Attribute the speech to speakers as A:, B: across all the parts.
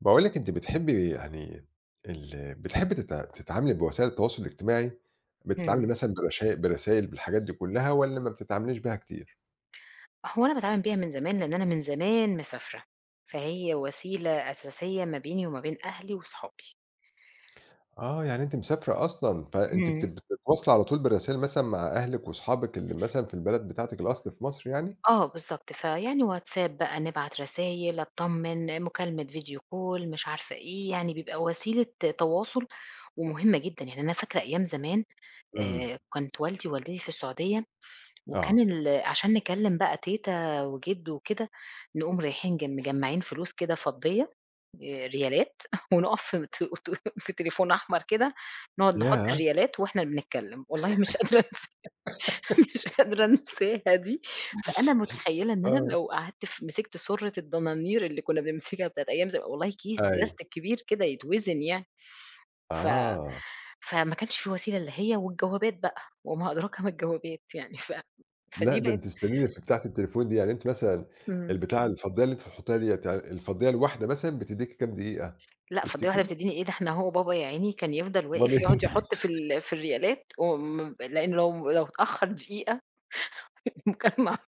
A: باقول لِك أنتِ بتحبي يعني ال بتحبي تتعاملي بوسائل التواصل الاجتماعي، بتتعاملي
B: إمم.
A: مثلًا برشا برسايل بالحاجات دي كلّها والّا ما بتتعامليش بيها كتير؟
B: هو أنا باتعامل بيها من زمان، لإن أنا من زمان مسافرة، فهي وسيلة أساسية ما بيني وما بين أهلي وصحابي.
A: آه، يعني أنتِ مسافرة أصلًا، فأنتِ بت
B: إمم.
A: بتتواصلي على طول بالرسايل مثلًا مع أهلِك وأصحابِك اللي مثلًا في البلد بتاعتِك الأصل في مصر يعني؟
B: آه بالضبط، فيعني WhatsApp بقى، نبعت رسايل، أتطمن، مكالمة فيديو كول، مش عارفة إيه، يعني بيبقى وسيلة تواصل ومهمة جدًا، يعني أنا فاكرة أيام زمان
A: إمم،
B: كنت والدي ووالدتي في السعودية وكان
A: آه،
B: ال عشان نكلّم بقى تيتة وجِدّو وكده، نقوم رايحين مجمّعين فلوس كده فضّية ريالات ونُقف في ت ت في تليفون أحمر كده، نقعد نحُط
A: ياه!
B: الريالات وإحنا بنتكلّم، والله مش قادرة مش قادرة أنساها دي، فأنا متخيّلة إن أنا
A: آه،
B: لو قعدت مسكت سُرة الدنانير اللي كُنّا بنمسكها بتاعة أيام والله كيس
A: أيوه،
B: بلاستيك كبير كده يتوزن يعني، ف
A: آه،
B: فما كانش في وسيلة إلّا هي والجوابات بقى، وما أدراك ما الجوابات يعني
A: لأ
B: فدي
A: ده
B: بقت
A: أنتِ استنيتِ بتاعة التليفون دي، يعني أنتِ مثلًا
B: إمم.
A: البتاعة الفضيّة اللي أنتِ بتحطيها ديّة، يعني الفضيّة الواحدة مثلًا بتدّيكِ كام دقيقة
B: لأ، فالدّنيا واحدة
A: تفتكري؟
B: بتدّيني إيه، ده إحنا أهو بابا يا عيني كان يفضل
A: أومال
B: واقف
A: إيه؟
B: يقعد يحُط في الريالات وم لإن لو اتأخّر دقيقة المكالمة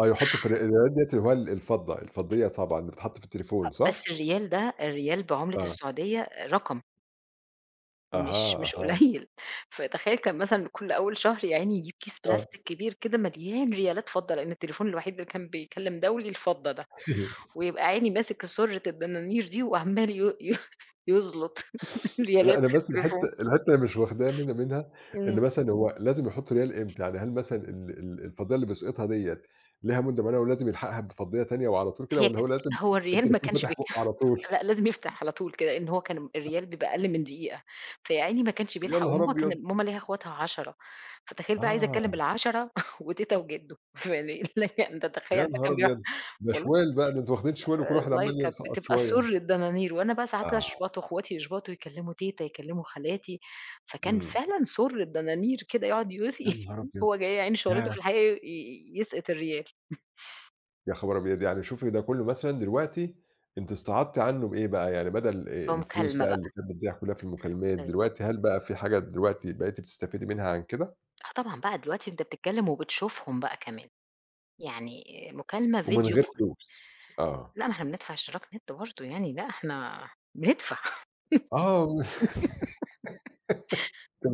A: آه، يُحُط في الرقايات ديّة اللي هو الفضة، الفضيّة طبعًا اللي بتتحط في التليفون
B: بس
A: صح؟
B: الريال ده الريال بعملة
A: آه،
B: السعودية رقم مش
A: أها،
B: مش
A: أها،
B: قليل، فتخيّل كان مثلًا كل أول شهر يا عيني يجيب كيس
A: آه،
B: بلاستيك كبير كده مليان ريالات فضّة، لإن التليفون الوحيد اللي كان بيكلّم دولي الفضّة ده،
A: أيوه.
B: ويبقى عيني ماسك سُرة الدنانير دي وعمّال ي ي يزلط
A: لأ
B: ريالات
A: أنا
B: في
A: بس
B: التليفون.
A: الحتّة اللي مش واخداها منها إن
B: إمم.
A: مثلًا هو لازم يحُط ريال إمتى، يعني هل مثلًا ال ال الفضيّة اللي بيسقطها ديّة ليها مدة معيّنة ولازم يلحقها بفضيّة تانية وعلى طول كده
B: هي
A: والّا هو
B: كانت
A: لازم
B: هو الريال ما
A: التليفون
B: كانش
A: فاتح بُقّه على طول؟
B: لأ، لازم يفتح على طول كده، لإن هو كان الريال بيبقى أقل من دقيقة، فيا عيني ما كانش
A: يا
B: بيلحق
A: نهار
B: وماما
A: أبيض!
B: كان ماما ليها أخواتها 10 فتخيل بقى عايزة أتكلم
A: آه،
B: ال10 وتيتة وجدو يعني لك أن
A: يا
B: تتخيل بقى
A: نهار
B: كان بيقعد
A: أبيض! ده
B: والله
A: شوال بقى، ده أنتم واخدين شوال وكل واحد
B: والله
A: عمّال
B: كانت
A: يلصقط
B: بتبقى سُر
A: شوية.
B: الدنانير، وأنا بقى ساعات
A: آه،
B: أشبط وأخواتي يشبطوا يكلموا تيتة، يكلموا خالاتي، فكان
A: إمم،
B: فعلًا سُر الدنانير كده يقعد
A: يا
B: يوصي
A: نهار أبيض!
B: هو جاي يا عيني شغلته
A: ياه!
B: في الحقيقة يسقط الريال
A: يا خبر أبيض! يعني شوفي ده كُلّه مثلًا دلوقتي أنتِ استعاضتِ عنّه بإيه بقى؟ يعني بدل الفلوس
B: بمكالمة
A: بقى
B: بقى،
A: اللي كانت بتضيع كُلّها في المكالمات،
B: بالضبط.
A: دلوقتي هل بقى في حاجة دلوقتي بقيتِ بتستفيدي منها عن كده؟
B: آه طبعًا بقى دلوقتي أنت بتتكلّم وبتشوفهم بقى كمان، يعني مكالمة
A: ومن
B: فيديو
A: غير
B: كول،
A: فلوس. آه.
B: لأ ما إحنا بندفع اشتراك نت برضه يعني، لأ إحنا بندفع،
A: آه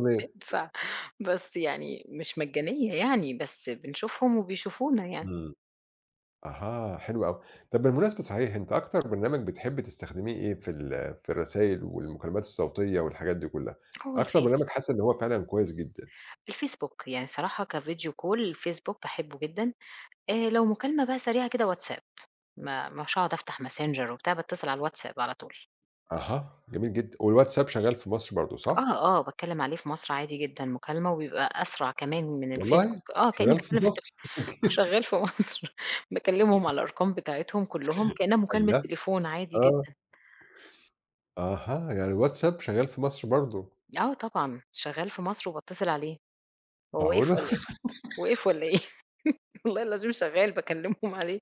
B: بندفع بس يعني مش مجانية يعني، بس بنشوفهم وبيشوفونا يعني.
A: إمم. أها، حلو أوي. طَب بالمناسبة صحيح أنتِ أكتر برنامج بتحبّي تستخدميه إيه في في الرسايل والمكالمات الصوتية والحاجات دي كُلّها؟
B: هو
A: أكتر
B: الفيس،
A: برنامج حاسّة إن هو فعلًا كويس جدًا.
B: الفيسبوك يعني صراحة كفيديو كول الفيسبوك باحبه جدًا، لو مكالمة بقى سريعة كده واتساب، ما مش هاقعد أفتح ماسنجر وبتاع، باتصل على الواتساب على طول.
A: أها، جميل جدًا. والواتساب شغال في مصر برضه صح؟
B: آه، آه، باتكلّم عليه في مصر عادي جدًا مكالمة، وبيبقى أسرع كمان من الفيسبوك،
A: والله!
B: آه كإني
A: شغال في
B: باتكلّم في
A: مصر؟
B: آه، شغال في مصر، باكلمهم على الأرقام بتاعتهم كلّهم كأنها مكالمة
A: الله!
B: تليفون عادي
A: آه،
B: جدًا.
A: أها، يعني الواتساب شغال في مصر برضه،
B: آه طبعًا، شغال في مصر وباتصل عليه، هو واقف
A: معقولة!
B: والّا إيه، واقف والّا إيه؟ والله العظيم شغال باكلمهم عليه،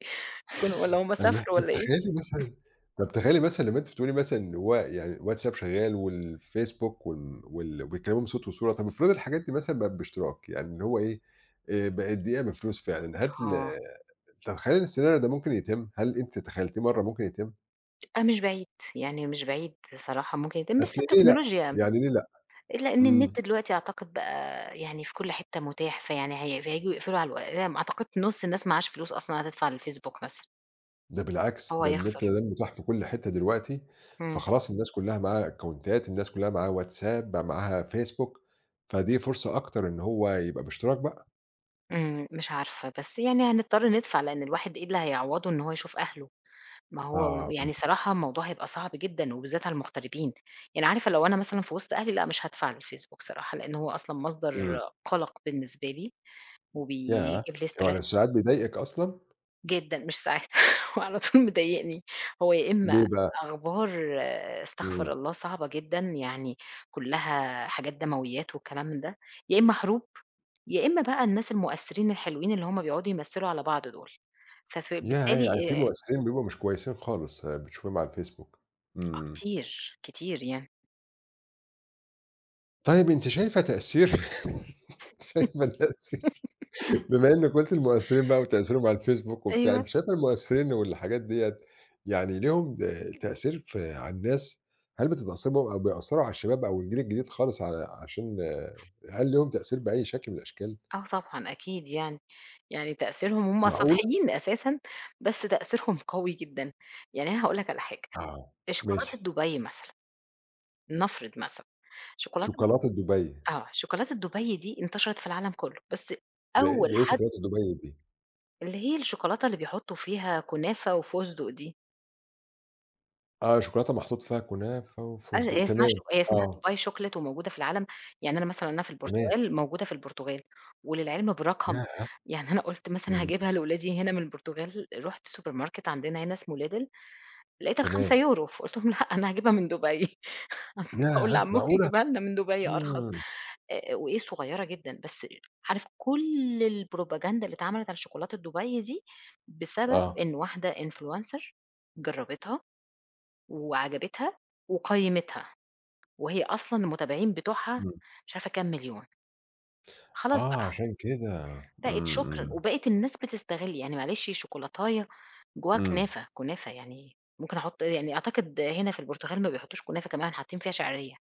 B: والّا هُم
A: الله!
B: سافروا
A: طب
B: والّا إيه؟
A: تخيلي مثلًا طب تخيلي مثلًا لمّا أنتِ بتقولي مثلًا إن هو يعني الواتساب شغال والفيسبوك وال وال وبيتكلموا بصوت وصورة، طب افرضي الحاجات دي مثلًا بقت باشتراك، يعني اللي هو إيه، بقت دقيقة بفلوس فعلًا، هل
B: آه،
A: تتخيلي إن السيناريو ده ممكن يتم؟ هل أنتِ تخيلتيه مرّة ممكن يتم؟
B: آه مش بعيد، يعني مش بعيد صراحة ممكن يتم، بس
A: أصل ليه لأ،
B: التكنولوجيا
A: يعني ليه لأ؟
B: إلا إن
A: إمم.
B: النت دلوقتي أعتقد بقى يعني في كل حتة متاح، فيعني هي فهييجوا يقفلوا على أعتقد نُص الناس معهاش فلوس أصلًا هتدفع للفيسبوك مثلًا،
A: ده بالعكس،
B: فهو
A: ده النت
B: هيخسر.
A: ده متاح في كل حتة دلوقتي،
B: إمم.
A: فخلاص الناس كلّها معاها أكونتات، الناس كلّها معاها واتساب، بقى معاها فيسبوك، فدي فرصة أكتر إن هو يبقى باشتراك بقى.
B: إمم، مش عارفة، بس يعني هنضطر ندفع، لإن الواحد إيه اللي هيعوّضه إن هو يشوف أهله؟ ما هو
A: آه،
B: يعني صراحة الموضوع هيبقى صعب جدًا، وبالذات على المغتربين، يعني عارفة لو أنا مثلًا في وسط أهلي لأ، مش هادفع للفيسبوك صراحة، لإن هو أصلًا مصدر
A: إمم،
B: قَلَق بالنسبة لي،
A: ياه!
B: وبيجيب لي
A: يعني
B: stress.
A: ساعات بيضايقِك أصلًا؟
B: جدًا، مش ساعات هو على طول مضايقني، هو يا إما
A: ليه بقى؟
B: أخبار استغفر
A: إمم،
B: الله صعبة جدًا، يعني كلّها حاجات دمويات والكلام ده، يا إما حروب، يا إما بقى الناس المؤثرين الحلوين اللي هم بيقعدوا يمثّلوا على بعض دول، فف
A: ياه! يعني في
B: بالتالي
A: مؤثرين بيبقوا مش كويسين خالص بتشوفيهم على الفيسبوك،
B: آه
A: إمم.
B: كتير، كتير يعني
A: طيب أنتِ شايفة تأثير شايفة تأثير بما إنِّك قُلتِ المؤثّرين بقى وتأثيرهم على الفيسبوك وبتاع،
B: أيوه،
A: أنتِ شايفة المؤثّرين والحاجات ديّة يعني ليهم د تأثير في على الناس؟ هل بتتأثّري بيهم أو بيأثّروا على الشباب أو الجيل الجديد خالص على عشان آه، هل ليهم تأثير بأي شكل من الأشكال؟
B: آه طبعًا أكيد يعني، يعني تأثيرهم هم
A: معقولة!
B: سطحيين أساسًا، بس تأثيرهم قوي جدًا، يعني أنا هاقول لك على حاجة،
A: آه، ماشي.
B: شوكولاتة دبي مثلًا، نفرض مثلًا، شوكولاتة
A: شوكولاتة دُبَي،
B: شوكولاتة دُبَي دي انتشرت في العالم كلّه، بس أول
A: ده إيه
B: حد
A: شوكولاتة دُبَي دي؟
B: اللي هي الشوكولاتة اللي بيحطّوا فيها كنافة وفستق دي،
A: آه، شوكولاتة محطوط فيها كنافة
B: أ
A: وفستق
B: هي اسمها
A: تمام،
B: شو هي اسمها
A: آه،
B: دُبَي شوكليت وموجودة في العالم، يعني أنا مثلًا أنا في
A: تمام.
B: البرتغال موجودة في البرتغال، وللعلم برقم،
A: ياه!
B: يعني أنا قُلت مثلًا
A: إمم،
B: هاجيبها لولادي هنا من البرتغال، رُحت سوبر ماركت عندنا هنا اسمه Lidl لقيتها
A: تمام.
B: ب5€ فقُلت لهم لأ أنا هاجيبها من دُبَي، هاقول
A: ياه!
B: لعمّكم
A: معقولة!
B: يجيبها لنا من دُبَي أرخص.
A: إمم،
B: وإيه صغيّرة جدًا، بس عارف كل البروباجندا اللي اتعملت على شوكولاتة دبي دي، بسبب
A: آه،
B: إن واحدة influencer جرّبتها وعجبتها وقيّمتها، وهي أصلًا المتابعين بتوعها
A: إمم.
B: مش عارفة كام مليون، خلاص
A: آه،
B: بقى
A: عشان كده.
B: بقت
A: إمم،
B: شكرًا،
A: إمم.
B: وبقت الناس بتستغل يعني معلش شوكولاتاية جواها
A: إمم،
B: كنافة، كنافة يعني ممكن أحط يعني أعتقد هنا في البرتغال ما بيحطّوش كنافة كمان حاطّين فيها شعرية،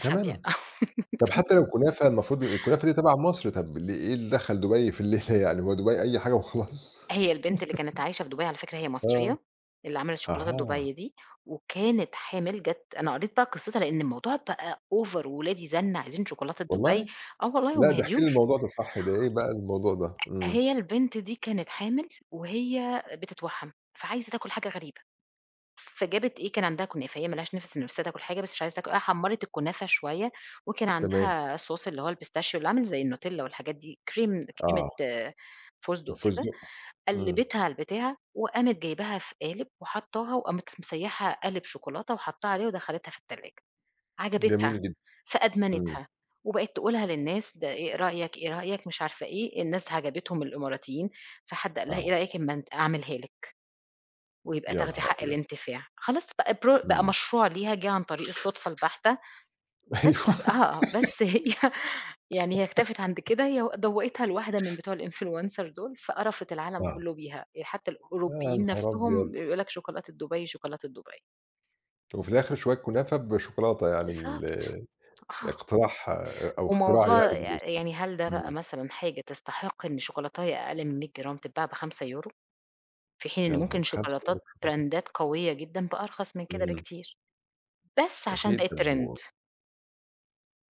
B: فبي
A: كمان! طب حتى لو كنافة المفروض الكنافة دي تبع مصر، طب ليه إيه اللي دخّل دبي في الليلة يعني، هو دبي أي حاجة وخلاص؟
B: هي البنت اللي كانت عايشة في دبي على فكرة هي
A: آه،
B: مصرية، اللي عملت شوكولاتة
A: أها،
B: دبي دي، وكانت حامل أنا قريت بقى قصتها لإن الموضوع بقى over وولادي زَنّ عايزين شوكولاتة دبي،
A: والله!
B: آه والله
A: لأ
B: وما
A: ده احكِ لي
B: هديوش،
A: الموضوع ده صح، ده إيه بقى الموضوع ده؟ إمم،
B: هي البنت دي كانت حامل وهي بتتوحّم، فعايزة تاكل حاجة غريبة، فجابت إيه كان عندها كنافة، هي ما لهاش نِفْسها تاكل حاجة بس مش عايزة تاكل، آه، حمّرت الكنافة شوية وكان
A: تمام،
B: عندها صوص اللي هو البيستاشيو اللي عامل زي النوتيلا والحاجات دي، كريمة
A: آه،
B: آه، فستق كده
A: الفستق، إمم،
B: قلّبتها على البتاع، وقامت جايباها في قالب وحطّاها وقامت مسيّحة قالب شوكولاتة وحطّاه عليها ودخّلتها في التلاجة، عجبتها،
A: جميل جدًا، إمم،
B: فأدمنتها، وبقت تقولها للناس ده إيه رأيك، إيه رأيك، مش عارفة إيه، الناس عجبتهم الإماراتيين، فحد قال لها إيه
A: آه،
B: رأيك أمّا أنت أعملها لِك ويبقى
A: يا
B: تاخدي
A: نهار
B: حق
A: أبيض!
B: الانتفاع، خلاص بقى بقى
A: إمم،
B: مشروع ليها جِه عن طريق الصدفة البحتة، بس هي يعني هي اكتفت عند كده، هي دوّقتها لواحدة من بتوع الinfluencer دول، فقرفت العالم
A: أيوه، آه،
B: كلّه بيها، يعني حتى
A: يا
B: الأوروبيين
A: نهار أبيض!
B: نفسهم يقول لك شوكولاتة دبي، شوكولاتة دبي.
A: وفي الآخر شوية كنافة بشوكولاتة يعني
B: بالضبط، آه،
A: اقتراح أو اختراع يعني
B: وموضوع
A: بالنسبة لك،
B: يعني هل ده بقى
A: إمم،
B: مثلًا حاجة تستحق إن شوكولاتاية أقل من 100 جرام تتباع ب5€ في حين
A: يا
B: إن
A: نهار أب
B: ممكن شوكولاتات
A: 5€
B: براندات قوية جدًا بأرخص من كده
A: إمم.
B: بكتير، بس عشان
A: أكيد
B: بقت
A: طب و
B: trend.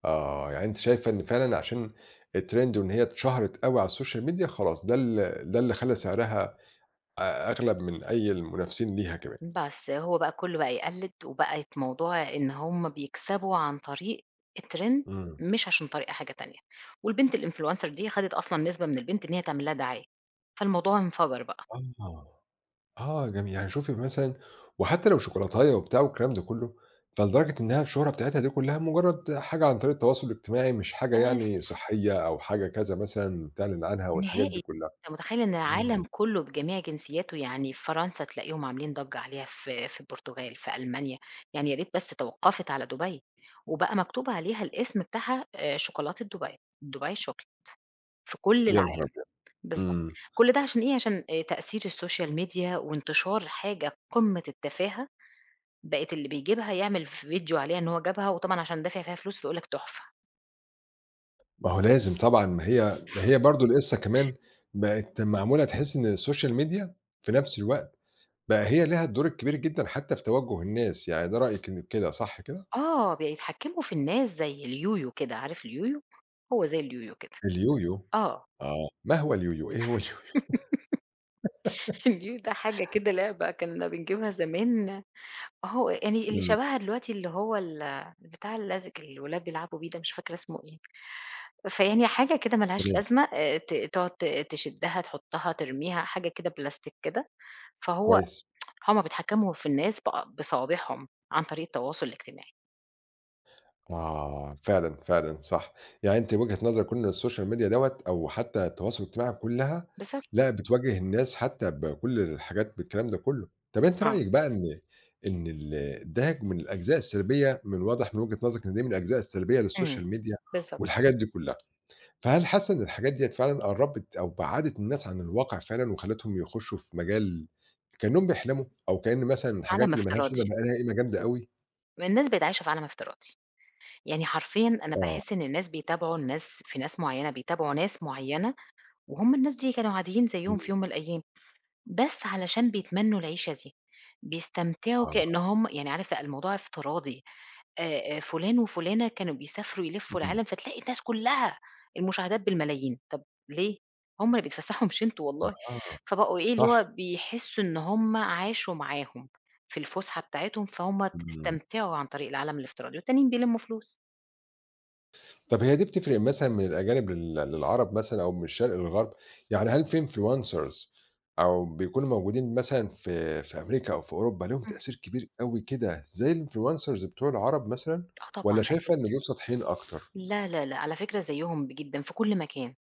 A: آه، يعني أنتِ شايفة إن فعلًا عشان الtrend وإن هي اتشهرت أوي على السوشيال ميديا خلاص ده اللي خلّى سعرها أغلب من أي المنافسين ليها كمان.
B: بس هو بقى كله بقى يقلِّد، وبقت موضوع إن هُم بيكسبوا عن طريق الtrend
A: إمم.
B: مش عشان طريقة حاجة تانية، والبنت الinfluencer دي خدت أصلًا نسبة من البنت إن هي تعمل لها دعاية، فالموضوع انفجر بقى.
A: آه، آه جميل، يعني شوفي مثلًا وحتى لو شوكولاتاية وبتاع والكلام ده كله، فلدرجة إنها الشهرة بتاعتها دي كلها مجرد حاجة عن طريق التواصل الاجتماعي مش حاجة يعني
B: بس!
A: صحية أو حاجة كذا مثلًا تعلن عنها والحاجات دي
B: نهائي،
A: كلها.
B: أنت متخيّل إن
A: إمم،
B: العالم كله بجميع جنسياته يعني في فرنسا تلاقيهم عاملين ضجّة عليها، في البرتغال، في ألمانيا، يعني يا ريت بس توقّفت على دبي، وبقى مكتوب عليها الاسم بتاعها شوكولاتة دبي، دبي chocolate في كل
A: يا نهار أبيض!
B: بالضبط.
A: إمم.
B: كل ده عشان إيه، عشان تأثير السوشيال ميديا وانتشار حاجة قمة التفاهة، بقت اللي بيجيبها يعمل فيديو عليها إن هو جابها، وطبعًا عشان دافع فيها فلوس فيقول لك تحفة.
A: ما هو لازم طبعًا، ما هي برضه القِصّة كمان بقت معمولة تحس إن السوشيال ميديا في نفس الوقت بقى هي ليها الدور الكبير جدًا حتى في توجُّه الناس، يعني ده رأيِك إن كده صح كده؟
B: آه، بيتحكموا في الناس زي اليويو كده، عارف اليويو؟ هو زي اليويو كده.
A: اليويو،
B: آه،
A: آه، ما هو اليويو؟ إيه هو اليويو؟
B: اليويو ده حاجة كده لعبة كنا بنجيبها زمان، أهو يعني اللي
A: إمم.
B: شبهها دلوقتي اللي هو بتاع اللزج اللي الولاد بيلعبوا بيه ده، مش فاكرة اسمه إيه. فيعني حاجة كده ما لهاش
A: تمام،
B: لازمة، ت تقعد تشدها، تحطها، ترميها، حاجة كده بلاستيك كده. فهو
A: كويس.
B: هُم بيتحكموا في الناس بصوابعهم عن طريق التواصل الاجتماعي،
A: آه، فعلًا، فعلًا صح. يعني أنتِ وجهة نظرِك إن السوشيال ميديا دوّة أو حتى التواصل الاجتماعي كلّها،
B: بالضبط،
A: لأ إمم. بتواجه الناس حتى بكل الحاجات بالكلام ده كلّه. طَب أنتِ
B: آه،
A: رأيِك بقى إن إن ده من الأجزاء السلبية، من الواضح من وجهة نظرِك إن دي من الأجزاء السلبية
B: إمم،
A: للسوشيال ميديا
B: بالضبط،
A: والحاجات دي كلّها. فهل حاسة إن الحاجات ديّة فعلًا قرّبت أو بَعَدِت الناس عن الواقع فعلًا وخلّتهم يخشوا في مجال كإنّهم بيحلموا أو كإن مثلًا الحاجات
B: عالم
A: اللي ما لهاش
B: افتراضي،
A: قيمة بقى لها قيمة جامدة أوي؟
B: الناس بقت عايشة في عالم افتراضي، يعني حرفيًا أنا
A: آه،
B: باحس إن الناس بيتابعوا الناس في ناس معيّنة بيتابعوا ناس معيّنة، وهُم الناس دي كانوا عاديين زيّهم
A: إمم،
B: في يوم من الأيام، بس علشان بيتمنّوا العيشة دي، بيستمتعوا
A: آه،
B: كإن هُم يعني عارف لأ الموضوع افتراضي. فُلان وفُلانة كانوا بيسافروا يلفّوا
A: إمم،
B: العالم، فتلاقي الناس كلّها المشاهدات بالملايين، طَب ليه؟ هم اللي بيتفسّحوا مش أنتم والله،
A: آه.
B: فبقوا إيه، اللي
A: صح،
B: هو بيحسّوا إن هم عاشوا معاهم في الفُسحة بتاعتهم، فهُم
A: إمم.
B: استمتعوا عن طريق العالم الافتراضي، والتانيين بيلمّوا فلوس.
A: طب هي دي بتفرق مثلًا من الأجانب للعرب مثلًا أو من الشرق للغرب؟ يعني هل في influencers أو بيكونوا موجودين مثلًا في أمريكا أو في أوروبا ليهم
B: اهم.
A: تأثير كبير أوي كده زي الinfluencers بتوع العرب مثلًا
B: آه طبعًا
A: والّا شايفة
B: أكيد.
A: إن دول سطحيين أكتر؟
B: لا، لا، لأ، على فكرة زيّهم جدًا في كل مكان.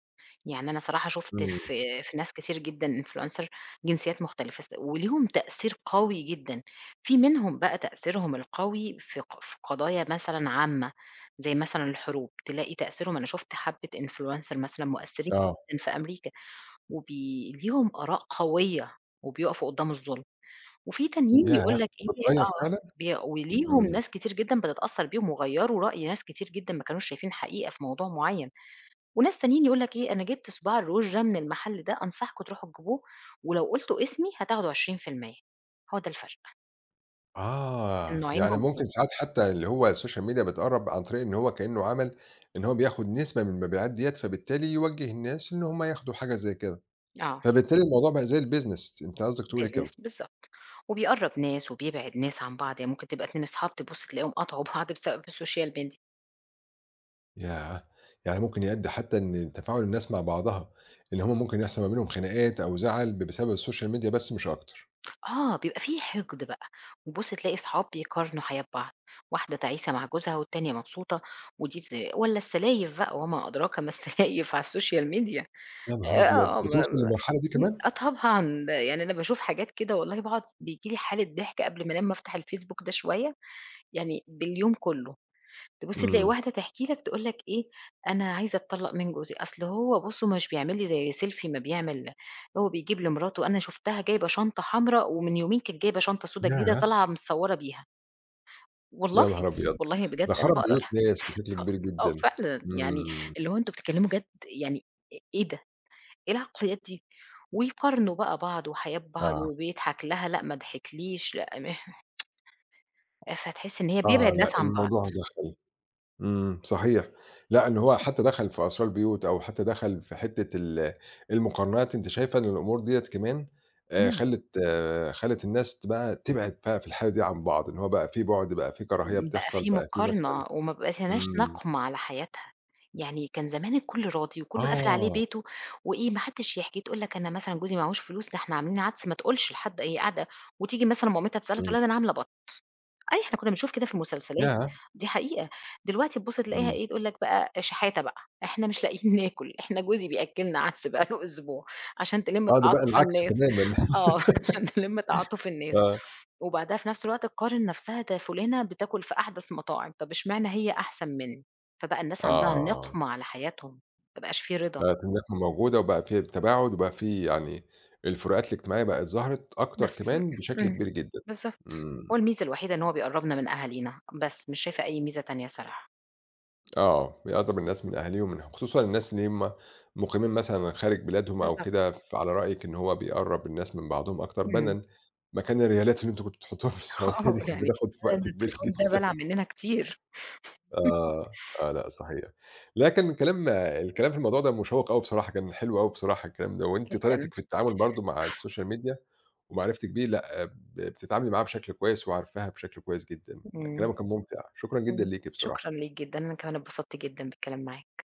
B: يعني أنا صراحة شُفت
A: إمم،
B: في ناس كتير جدًا influencer جنسيات مختلفة، وليهم تأثير قوي جدًا، في منهم بقى تأثيرهم القوي في ق في قضايا مثلًا عامة، زي مثلًا الحروب، تلاقي تأثيرهم أنا شُفت حبّة influencer مثلًا مؤثرين
A: آه،
B: جدًا في أمريكا، ليهم آراء قوية وبيقفوا قدّام الظلم، وفي تانيين
A: ياه!
B: يقول لك إيه
A: وبتغيّر
B: آه،
A: فعلًا؟
B: وليهم
A: إمم،
B: ناس كتير جدًا بتتأثر بيهم وغيّروا رأي ناس كتير جدًا ما كانوش شايفين حقيقة في موضوع معيّن. وناس تانيين يقول لك إيه، أنا جِبت صباع الروج ده من المحل ده، أنصحكم تروحوا تجيبوه ولو قُلتوا اسمي هتاخدوا 20% هو ده الفرق،
A: آه،
B: النوعين
A: يعني
B: موجودين.
A: ممكن ساعات حتى اللي هو السوشيال ميديا بتقرّب عن طريق إن هو كإنه عمل إن هو بياخد نسبة من المبيعات ديّة، فبالتالي يوجّه الناس إن هم ياخدوا حاجة زي كده.
B: آه،
A: فبالتالي الموضوع بقى زي الbusiness أنتِ قصدِك تقولي كده.
B: business بالضبط، وبيقرّب ناس وبيبعد ناس عن بعض، يعني ممكن تبقى 2 أصحاب تبُص تلاقيهم قطعوا بعض بسبب السوشيال ميديا.
A: ياه! يعني ممكن يؤدي حتى إن تفاعل الناس مع بعضها، إن هم ممكن يحصل ما بينهم خناقات أو زَعَل بسبب السوشيال ميديا بس مش أكتر.
B: آه، بيبقى في حقد بقى، وتبُص تلاقي صحاب بيقارنوا حياة بعض، واحدة تعيسة مع جوزها والتانية مبسوطة، ودي والّا السلايف بقى وما أدراك ما السلايف على السوشيال ميديا.
A: يا نهار أبيض!
B: آه،
A: بتوصل للمرحلة دي
B: إمم،
A: كمان؟
B: آه طبعًا، يعني أنا باشوف حاجات كده والله باقعد بييجي لي حالة ضحك قبل ما أنام أفتح الفيسبوك ده شوية، يعني باليوم كله، تبُص تلاقي
A: إمم.
B: واحدة تحكي لك تقول لك إيه، أنا عايزة أتطلّق من جوزي، أصل هو بُصّوا مش بيعمل لي زي سيلفي ما بيعمل هو بيجيب لمراته، أنا شُفتها جايبة شنطة حمراء ومن يومين كانت جايبة شنطة سودا جديدة
A: ياه!
B: طالعة متصوّرة بيها،
A: يا
B: والله،
A: نهار أبيض!
B: والله بجد
A: ده
B: أنا
A: خرَب
B: باقرا
A: بيوت ناس بشكل
B: آه،
A: كبير
B: آه
A: جدًا.
B: فعلًا يعني
A: إمم.
B: اللي هو أنتم بتتكلموا يعني إيه ده؟! إيه العقليات دي؟ ويقارنوا بقى بعض وحياة بعض
A: آه.
B: وبيضحك لها، لأ ما ضحكليش، لأ آه، فتحس إن هي
A: آه،
B: بيبعد
A: لأ
B: ناس عن بعض.
A: الموضوع دَخَل إمم، صحيح. لأ، إن هو حتى دخل في أسرار بيوت أو حتى دخل في حتّة المقارنات، أنتِ شايفة إن الأمور ديّة كمان
B: إمم،
A: خلّت آه، خلّت الناس بقى تبعد بقى في الحالة دي عن بعض، إن هو بقى في بُعد، بقى في كراهية
B: إمم، بقى
A: بتحصل،
B: في
A: بقى في مثلًا
B: مقارنة وما بقيناش
A: إمم.
B: نقمة على حياتها، يعني كان زمان الكل راضي وكله قافل عليه
A: آه،
B: بيته وإيه ما حدش يحكي، تقول لك أنا مثلًا جوزي معاهوش فلوس، ده إحنا عاملين عَدس ما تقولش لحد هي قاعدة وتيجي مثلًا مامتها تسألها تقول
A: إمم.
B: لها ده أنا عاملة أي إحنا كنا بنشوف كده في المسلسلات،
A: ياه!
B: دي حقيقة. دلوقتي تبُص تلاقيها
A: إمم.
B: إيه، تقول لك بقى شحاتة بقى، إحنا مش لاقيين ناكل، إحنا جوزي بيأكّلنا عدس بقى له أسبوع عشان تلِم
A: آه، ده بقى
B: تعاطُف
A: العكس
B: الناس.
A: تمامًا.
B: آه، عشان تلِم تعاطُف الناس.
A: آه.
B: وبعدها في نفس الوقت تقارن نفسها ده فُلانة بتاكل في أحدث مطاعم، طب اشمعنى هي أحسن منّي؟ فبقى الناس عندها
A: آه.
B: نِقمة على حياتهم، ما بقاش في رضا.
A: بقت اللحمة موجودة وبقى في تباعد وبقى في يعني الفروقات الاجتماعية بقت ظهرت أكتر
B: بس.
A: كمان بشكل
B: إمم،
A: كبير جدًا.
B: بالضبط. هو
A: إمم.
B: الميزة الوحيدة إن هو بيقرّبنا من أهالينا، بس مش شايفة أي ميزة تانية الصراحة.
A: آه، بيقدّر الناس من أهاليهم من خصوصًا الناس اللي هم مُقيمين مثلًا خارج بلادهم أو كده،
B: بالضبط.
A: فعلى رأيِك إن هو بيقرّب الناس من بعضهم أكتر
B: إمم.
A: بَنًا مكان الريالات اللي أنتم كنتم بتحطوها في السعودية
B: آه،
A: دي كانت
B: يعني
A: بتاخد وقت
B: أنا
A: كبير
B: التليفون ده
A: جدًا.
B: بالَع مننا كتير
A: آه، آه، لأ صحيح. لكن الكلام في الموضوع ده مشوّق أوي بصراحة، كان حلو أوي بصراحة الكلام ده، وأنتِ
B: جدًا.
A: طريقتِك في التعامل برضه مع السوشيال ميديا ومعرفتِك بيه لأ، بتتعاملي معاها بشكل كويس وعارفاها بشكل كويس جدًا، يعني
B: إمم.
A: كلامِك كان ممتع، شكرًا جدًا
B: إمم.
A: ليكِ
B: شكرًا
A: بصراحة.
B: ليك جدًا، أنا كمان اتبسطت جدًا بالكلام معاك.